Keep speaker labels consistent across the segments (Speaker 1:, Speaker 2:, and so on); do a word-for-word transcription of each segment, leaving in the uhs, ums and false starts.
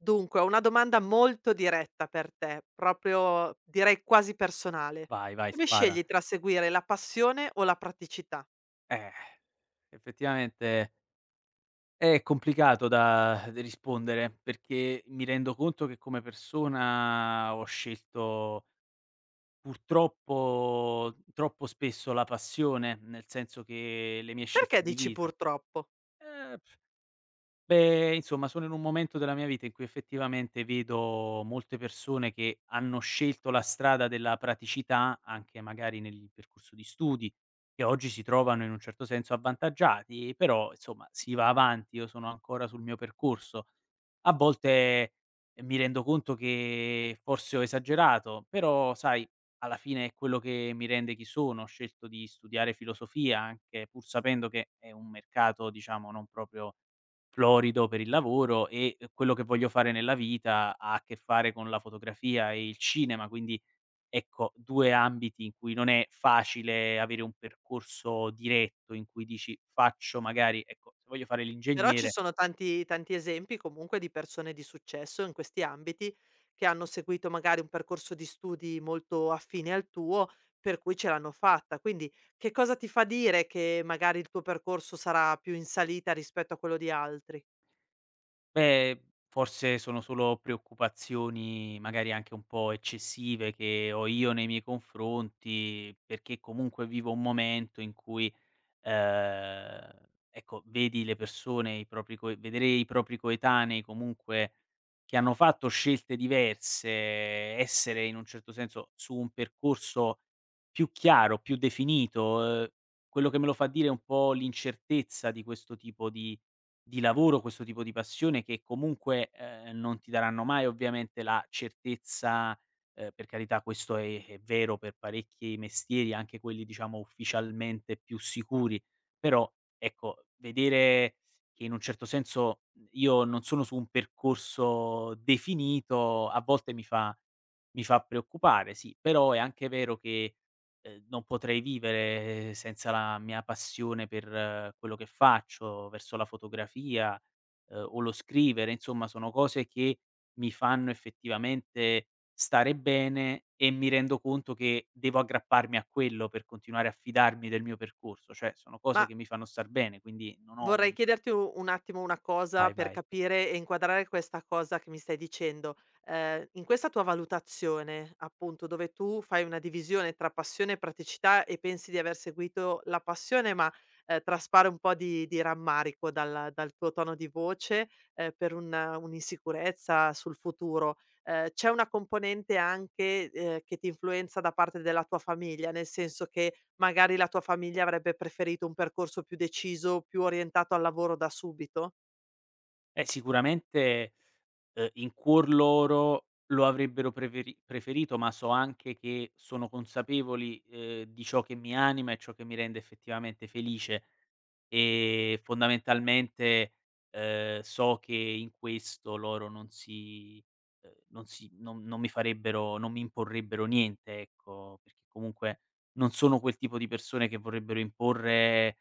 Speaker 1: Dunque, ho una domanda molto diretta per te, proprio direi quasi personale.
Speaker 2: Vai, vai,
Speaker 1: Come
Speaker 2: spara.
Speaker 1: scegli tra seguire la passione o la praticità?
Speaker 2: Eh, effettivamente è complicato da di rispondere, perché mi rendo conto che come persona ho scelto purtroppo troppo spesso la passione, nel senso che le mie
Speaker 1: Perché
Speaker 2: scelte di
Speaker 1: dici
Speaker 2: vita.
Speaker 1: purtroppo?
Speaker 2: Eh Beh, insomma, sono in un momento della mia vita in cui effettivamente vedo molte persone che hanno scelto la strada della praticità, anche magari nel percorso di studi, che oggi si trovano in un certo senso avvantaggiati, però insomma si va avanti, io sono ancora sul mio percorso. A volte eh, mi rendo conto che forse ho esagerato, però sai, alla fine è quello che mi rende chi sono. Ho scelto di studiare filosofia, anche pur sapendo che è un mercato, diciamo, non proprio florido per il lavoro e eh, quello che voglio fare nella vita ha a che fare con la fotografia e il cinema, quindi ecco due ambiti in cui non è facile avere un percorso diretto, in cui dici: "Faccio magari", ecco, se voglio fare
Speaker 1: Però ci
Speaker 2: l'ingegnere,
Speaker 1: sono tanti, tanti esempi comunque di persone di successo in questi ambiti che hanno seguito magari un percorso di studi molto affine al tuo, per cui ce l'hanno fatta. Quindi che cosa ti fa dire che magari il tuo percorso sarà più in salita rispetto a quello di altri?
Speaker 2: beh, forse sono solo preoccupazioni magari anche un po' eccessive che ho io nei miei confronti, perché comunque vivo un momento in cui Ehm, ecco, vedi le persone, i propri coe vedere i propri coetanei comunque che hanno fatto scelte diverse, essere in un certo senso su un percorso più chiaro, più definito, ehm, quello che me lo fa dire è un po' l'incertezza di questo tipo di di lavoro, questo tipo di passione che comunque, ehm, non ti daranno mai ovviamente la certezza. Ehm, per carità, questo è è vero per parecchi mestieri, anche quelli diciamo ufficialmente più sicuri, però ecco, vedere che in un certo senso, mhmm, io non sono su un percorso definito, a volte mi fa mi fa preoccupare, sì. Però è anche vero che, ehm, non potrei vivere senza la mia passione per eh, quello che faccio, verso la fotografia, ehm, o lo scrivere, insomma sono cose che mi fanno effettivamente stare bene, e mi rendo conto che devo aggrapparmi a quello per continuare a fidarmi del mio percorso, cioè sono cose
Speaker 1: Ma
Speaker 2: che mi fanno star bene, quindi non ho
Speaker 1: Vorrei
Speaker 2: un
Speaker 1: chiederti u un attimo una cosa
Speaker 2: vai,
Speaker 1: per
Speaker 2: vai.
Speaker 1: capire e inquadrare questa cosa che mi stai dicendo. Ehm, in questa tua valutazione, appunto, dove tu fai una divisione tra passione e praticità e pensi di aver seguito la passione, ma ehm, traspare un po' di di rammarico dal dal tuo tono di voce, ehm, per un un'insicurezza sul futuro, ehm, c'è una componente anche, ehm, che ti influenza da parte della tua famiglia? Nel senso che, magari la tua famiglia avrebbe preferito un percorso più deciso, più orientato al lavoro da subito?
Speaker 2: Eh, sicuramente, uhm, in cuor loro lo avrebbero preferi preferito, ma so anche che sono consapevoli, ehm, di ciò che mi anima e ciò che mi rende effettivamente felice. E fondamentalmente, ehm, so che in questo loro non si ehm, non si non non mi farebbero non mi imporrebbero niente, ecco, perché comunque non sono quel tipo di persone che vorrebbero imporre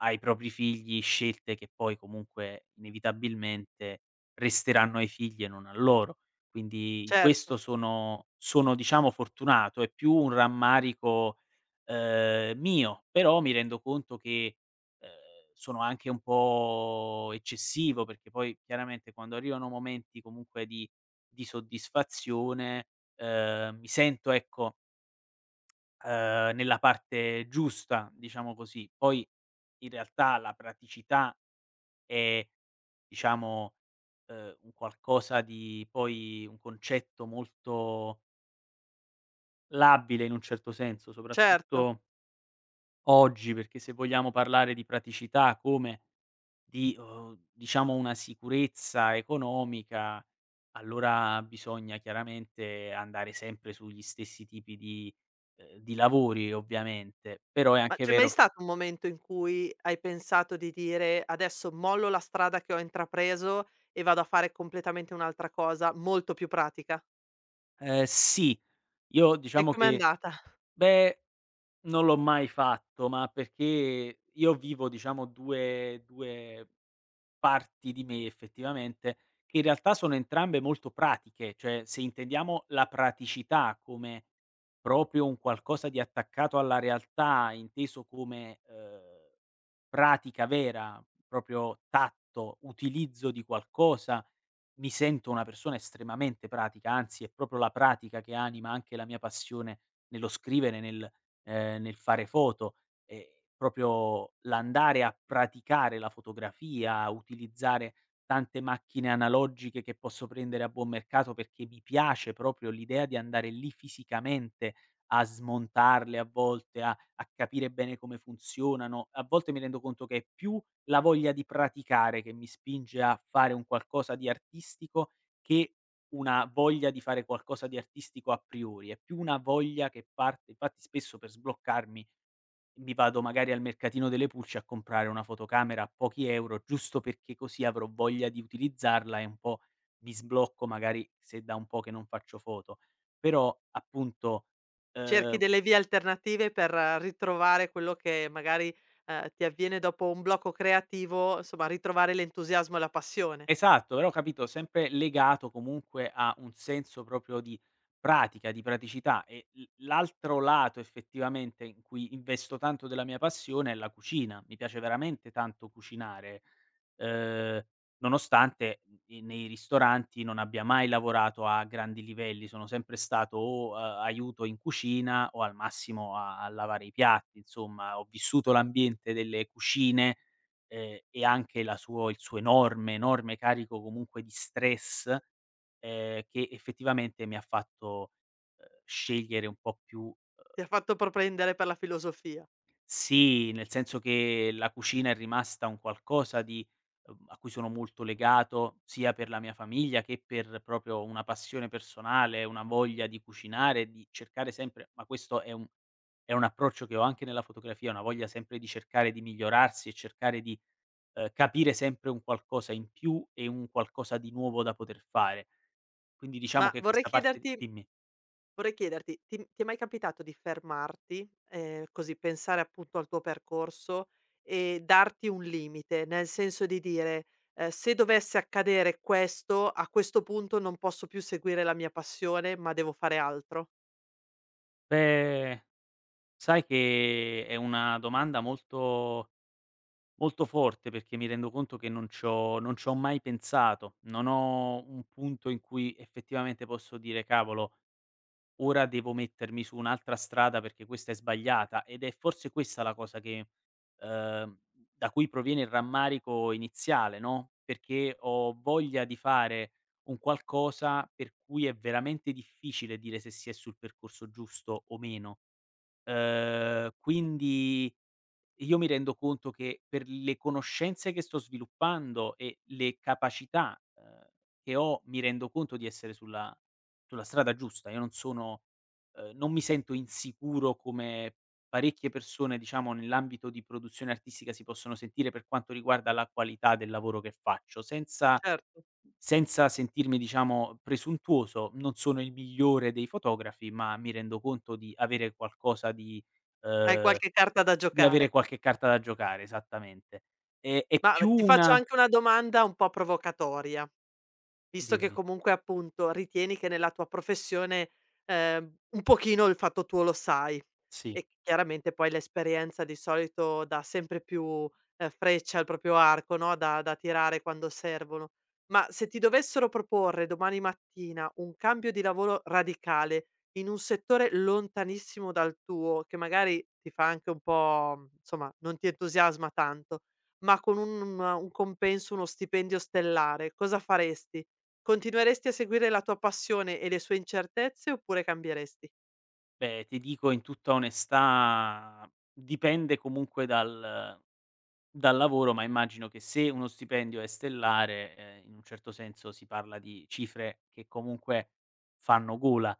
Speaker 2: ai propri figli scelte che poi comunque inevitabilmente resteranno ai figli e non a loro. Quindi in
Speaker 1: Certo,
Speaker 2: questo sono sono diciamo fortunato, è più un rammarico, ehm, mio, però mi rendo conto che ehm, sono anche un po' eccessivo, perché poi chiaramente quando arrivano momenti comunque di di soddisfazione, ehm, mi sento, ecco, ehm, nella parte giusta, diciamo così. Poi in realtà la praticità è, diciamo, ehm, un qualcosa di poi un concetto molto labile in un certo senso,
Speaker 1: certo.
Speaker 2: soprattutto oggi, perché se vogliamo parlare di praticità come di, uhm, diciamo, una sicurezza economica, allora bisogna chiaramente andare sempre sugli stessi tipi di ehm, di lavori ovviamente, però è
Speaker 1: Ma
Speaker 2: anche
Speaker 1: c'è mai
Speaker 2: vero.
Speaker 1: stato un momento in cui hai pensato di dire: "Adesso mollo la strada che ho intrapreso e vado a fare completamente un'altra cosa, molto più pratica"?
Speaker 2: Ehm, sì, io
Speaker 1: E
Speaker 2: diciamo
Speaker 1: com'è
Speaker 2: che
Speaker 1: andata?
Speaker 2: beh, non l'ho mai fatto, ma perché io vivo diciamo 2- 2 parti di me effettivamente, che in realtà sono entrambe molto pratiche, cioè se intendiamo la praticità come proprio un qualcosa di attaccato alla realtà, inteso come, ehm, pratica vera, proprio tatto, utilizzo di qualcosa. Mi sento una persona estremamente pratica, anzi è proprio la pratica che anima anche la mia passione nello scrivere, nel ehm, nel fare foto, ehm, proprio l'andare a praticare la fotografia, a utilizzare tante macchine analogiche che posso prendere a buon mercato, perché mi piace proprio l'idea di andare lì fisicamente a smontarle a volte, a a capire bene come funzionano. A volte mi rendo conto che è più la voglia di praticare che mi spinge a fare un qualcosa di artistico, che una voglia di fare qualcosa di artistico a priori, è più una voglia che parte infatti spesso per sbloccarmi. Mi vado magari al mercatino delle pulci a comprare una fotocamera a pochi euro, giusto perché così avrò voglia di utilizzarla, e un po' mi sblocco magari se è da un po' che non faccio foto. Però appunto,
Speaker 1: Cerchi
Speaker 2: ehm
Speaker 1: delle vie alternative per eh, ritrovare quello che magari, ehm, ti avviene dopo un blocco creativo, insomma ritrovare l'entusiasmo e la passione.
Speaker 2: esatto, però ho capito, sempre legato comunque a un senso proprio di pratica, di praticità, e l l'altro lato effettivamente in cui investo tanto della mia passione è la cucina. Mi piace veramente tanto cucinare, ehm, nonostante, mhmm, i nei ristoranti non abbia mai lavorato a grandi livelli, sono sempre stato o a aiuto in cucina o al massimo a a lavare i piatti, insomma ho vissuto l'ambiente delle cucine, ehm, e anche la suo il suo enorme, enorme carico comunque di stress, ehm, che effettivamente mi ha fatto, ehm, scegliere un po' più
Speaker 1: Ti ha fatto propendere per la filosofia.
Speaker 2: sì, nel senso che la cucina è rimasta un qualcosa di, uhm, a cui sono molto legato, sia per la mia famiglia che per proprio una passione personale, una voglia di cucinare, di cercare sempre, ma questo è un è un approccio che ho anche nella fotografia, una voglia sempre di cercare di migliorarsi e cercare di ehm, capire sempre un qualcosa in più e un qualcosa di nuovo da poter fare. Quindi diciamo
Speaker 1: Ma
Speaker 2: che
Speaker 1: vorrei
Speaker 2: questa parte,
Speaker 1: chiederti
Speaker 2: dimmi.
Speaker 1: Vorrei chiederti, ti ti è mai capitato di fermarti, ehm, così pensare appunto al tuo percorso e darti un limite, nel senso di dire: "Ehm, se dovesse accadere questo, a questo punto non posso più seguire la mia passione, ma devo fare altro"?
Speaker 2: Beh, sai che è una domanda molto molto forte, perché mi rendo conto che non c'ho non c'ho mai pensato. Non ho un punto in cui effettivamente posso dire: "Cavolo, ora devo mettermi su un'altra strada perché questa è sbagliata", ed è forse questa la cosa che, ehm, da cui proviene il rammarico iniziale, no, perché ho voglia di fare un qualcosa per cui è veramente difficile dire se si è sul percorso giusto o meno. Ehm, quindi io mi rendo conto che per le conoscenze che sto sviluppando e le capacità, ehm, che ho, mi rendo conto di essere sulla sulla strada giusta. Io non sono, ehm, non mi sento insicuro come parecchie persone, diciamo, nell'ambito di produzione artistica si possono sentire per quanto riguarda la qualità del lavoro che faccio. Senza
Speaker 1: Certo.
Speaker 2: senza sentirmi, diciamo, presuntuoso, non sono il migliore dei fotografi, ma mi rendo conto di avere qualcosa di,
Speaker 1: Hai
Speaker 2: ehm
Speaker 1: qualche carta da
Speaker 2: di avere
Speaker 1: giocare.
Speaker 2: qualche carta da giocare, esattamente. Ehm, è
Speaker 1: Ma
Speaker 2: più
Speaker 1: ti faccio
Speaker 2: una
Speaker 1: anche una domanda un po' provocatoria. Visto che
Speaker 2: dimmi.
Speaker 1: comunque appunto ritieni che nella tua professione, ehm, un pochino il fatto tuo lo sai
Speaker 2: Sì.
Speaker 1: e chiaramente poi l'esperienza di solito dà sempre più, ehm, frecce al proprio arco, no, da da tirare quando servono. Ma se ti dovessero proporre domani mattina un cambio di lavoro radicale in un settore lontanissimo dal tuo, che magari ti fa anche un po' mhmm, insomma non ti entusiasma tanto, ma con un un compenso, uno stipendio stellare, cosa faresti? Continueresti a seguire la tua passione e le sue incertezze oppure cambieresti?
Speaker 2: Beh, ti dico in tutta onestà, dipende comunque dal dal lavoro, ma immagino che se uno stipendio è stellare, ehm, in un certo senso si parla di cifre che comunque fanno gola.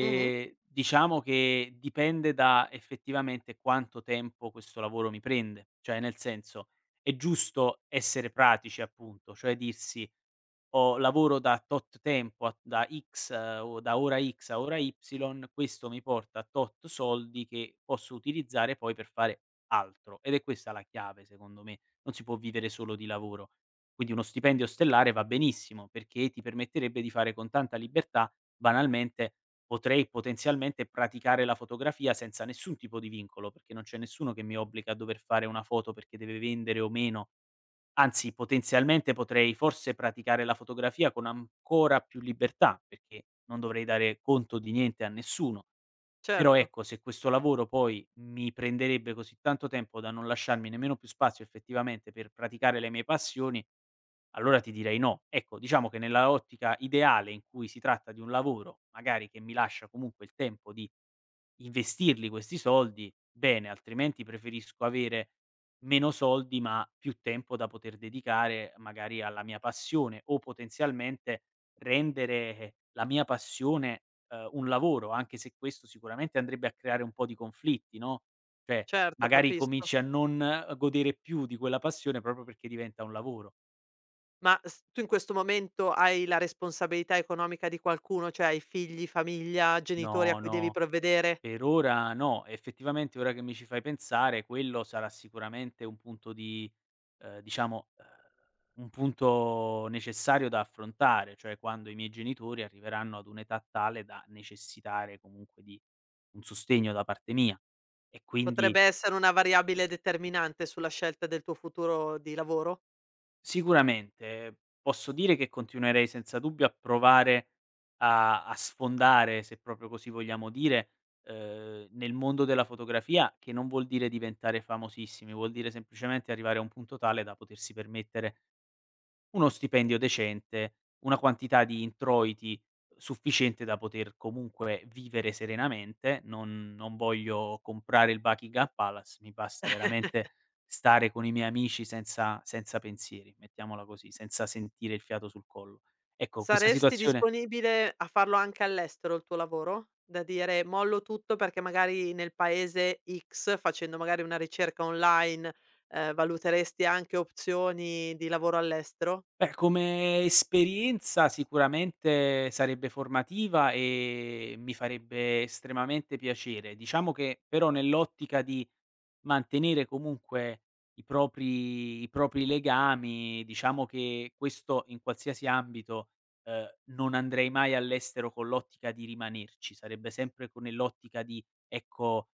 Speaker 1: Mh-mh.
Speaker 2: Diciamo che dipende da effettivamente quanto tempo questo lavoro mi prende. Cioè, nel senso, è giusto essere pratici appunto, cioè dirsi o lavoro da tot tempo, a da X eh, o da ora X a ora Y, questo mi porta a tot soldi che posso utilizzare poi per fare altro. Ed è questa la chiave, secondo me, non si può vivere solo di lavoro. Quindi uno stipendio stellare va benissimo, perché ti permetterebbe di fare con tanta libertà, banalmente potrei potenzialmente praticare la fotografia senza nessun tipo di vincolo, perché non c'è nessuno che mi obbliga a dover fare una foto perché deve vendere o meno. Anzi, potenzialmente potrei forse praticare la fotografia con ancora più libertà, perché non dovrei dare conto di niente a nessuno. Però
Speaker 1: Certo,
Speaker 2: ecco, se questo lavoro poi mi prenderebbe così tanto tempo da non lasciarmi nemmeno più spazio effettivamente per praticare le mie passioni, allora ti direi no. Ecco, diciamo che nella ottica ideale in cui si tratta di un lavoro, magari che mi lascia comunque il tempo di investirli questi soldi, bene, altrimenti preferisco avere meno soldi ma più tempo da poter dedicare magari alla mia passione, o potenzialmente rendere eh, la mia passione, ehm, un lavoro, anche se questo sicuramente andrebbe a creare un po' di conflitti, no, cioè
Speaker 1: certo,
Speaker 2: magari
Speaker 1: capisco.
Speaker 2: cominci a non eh, godere più di quella passione proprio perché diventa un lavoro.
Speaker 1: Ma s tu in questo momento hai la responsabilità economica di qualcuno, cioè hai figli, famiglia, genitori a
Speaker 2: No,
Speaker 1: cui devi
Speaker 2: no,
Speaker 1: provvedere?
Speaker 2: per ora no. Effettivamente ora che mi ci fai pensare, quello sarà sicuramente un punto di, ehm, diciamo, ehm, un punto necessario da affrontare, cioè quando i miei genitori arriveranno ad un'età tale da necessitare comunque di un sostegno da parte mia. E quindi
Speaker 1: Potrebbe essere una variabile determinante sulla scelta del tuo futuro di lavoro?
Speaker 2: sicuramente, eh, posso dire che continuerei senza dubbio a provare a a sfondare, se proprio così vogliamo dire, ehm, nel mondo della fotografia, che non vuol dire diventare famosissimi, vuol dire semplicemente arrivare a un punto tale da potersi permettere uno stipendio decente, una quantità di introiti sufficiente da poter comunque vivere serenamente. Non non voglio comprare il Buckingham Palace, mi basta veramente stare con i miei amici senza senza pensieri, mettiamola così, senza sentire il fiato sul collo. Ecco, questa
Speaker 1: Saresti
Speaker 2: situazione.
Speaker 1: disponibile a farlo anche all'estero il tuo lavoro? Da dire: "Mollo tutto perché magari nel paese X, facendo magari una ricerca online, ehm, valuteresti anche opzioni di lavoro all'estero?"
Speaker 2: Beh, come esperienza sicuramente sarebbe formativa e mi farebbe estremamente piacere. Diciamo che però nell'ottica di mantenere comunque i propri i propri legami, diciamo che questo in qualsiasi ambito, ehm, non andrei mai all'estero con l'ottica di rimanerci, sarebbe sempre co nell'ottica di, ecco,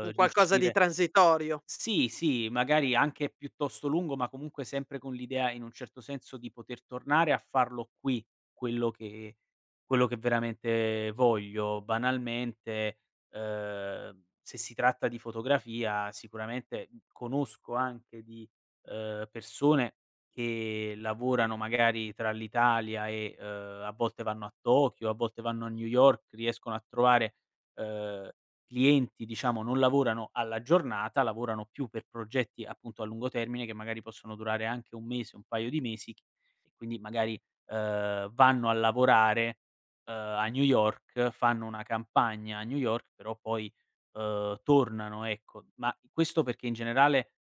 Speaker 1: Un qualcosa di
Speaker 2: riuscire
Speaker 1: transitorio.
Speaker 2: sì, sì, magari anche piuttosto lungo, ma comunque sempre con l'idea, in un certo senso, di poter tornare a farlo qui, quello che quello che veramente voglio. Banalmente, ehm, se si tratta di fotografia sicuramente, mhmm, conosco anche di, ehm, persone che lavorano magari tra l'Italia e, ehm, a volte vanno a Tokyo, a volte vanno a New York, riescono a trovare, ehm clienti, diciamo, non lavorano alla giornata, lavorano più per progetti appunto a lungo termine che magari possono durare anche un mese, un paio di mesi, ch e quindi magari, ehm, vanno a lavorare, ehm, a New York, fanno una campagna a New York, però poi, ehm, tornano, ecco. Ma questo perché in generale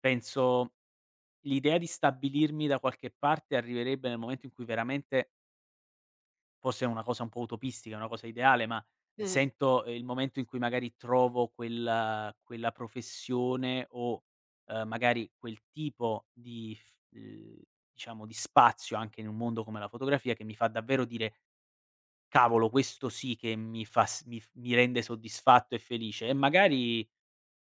Speaker 2: penso l'idea di stabilirmi da qualche parte arriverebbe nel momento in cui veramente, forse è una cosa un po' utopistica, una cosa ideale, ma
Speaker 1: Mh-mh.
Speaker 2: sento eh, il momento in cui magari trovo quella quella professione, o, ehm, magari quel tipo di f ehm, diciamo di spazio anche in un mondo come la fotografia, che mi fa davvero dire: "Cavolo, questo sì che mi fa s mi f mi rende soddisfatto e felice." E magari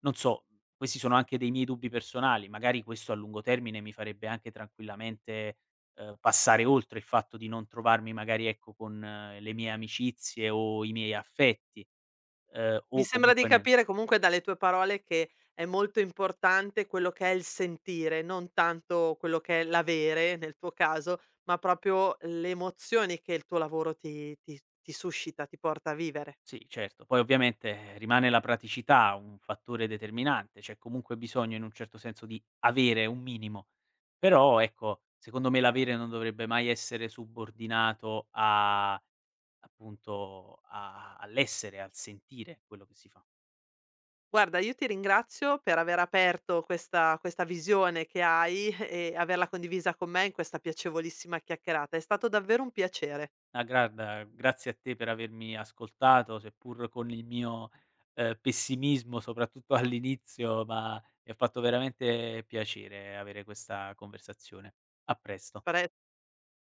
Speaker 2: non so, questi sono anche dei miei dubbi personali, magari questo a lungo termine mi farebbe anche tranquillamente, ehm, passare oltre il fatto di non trovarmi magari, ecco, con eh, le mie amicizie o i miei affetti, ehm,
Speaker 1: Mi
Speaker 2: o
Speaker 1: sembra di
Speaker 2: comunque ne
Speaker 1: capire comunque dalle tue parole che è molto importante quello che è il sentire, non tanto quello che è l'avere nel tuo caso, ma proprio le emozioni che il tuo lavoro ti ti ti suscita, ti porta a vivere.
Speaker 2: sì, certo. Poi ovviamente eh, rimane la praticità un fattore determinante, c'è comunque bisogno in un certo senso di avere un minimo. Però, ecco, secondo me l'avere non dovrebbe mai essere subordinato a, appunto, a all'essere, al sentire quello che si fa.
Speaker 1: Guarda, io ti ringrazio per aver aperto questa questa visione che hai e averla condivisa con me in questa piacevolissima chiacchierata. È stato davvero un piacere.
Speaker 2: Ah, guarda, grazie a te per avermi ascoltato, seppur con il mio, ehm, pessimismo, soprattutto all'inizio, ma mi ha fatto veramente piacere avere questa conversazione. A presto.
Speaker 1: Pre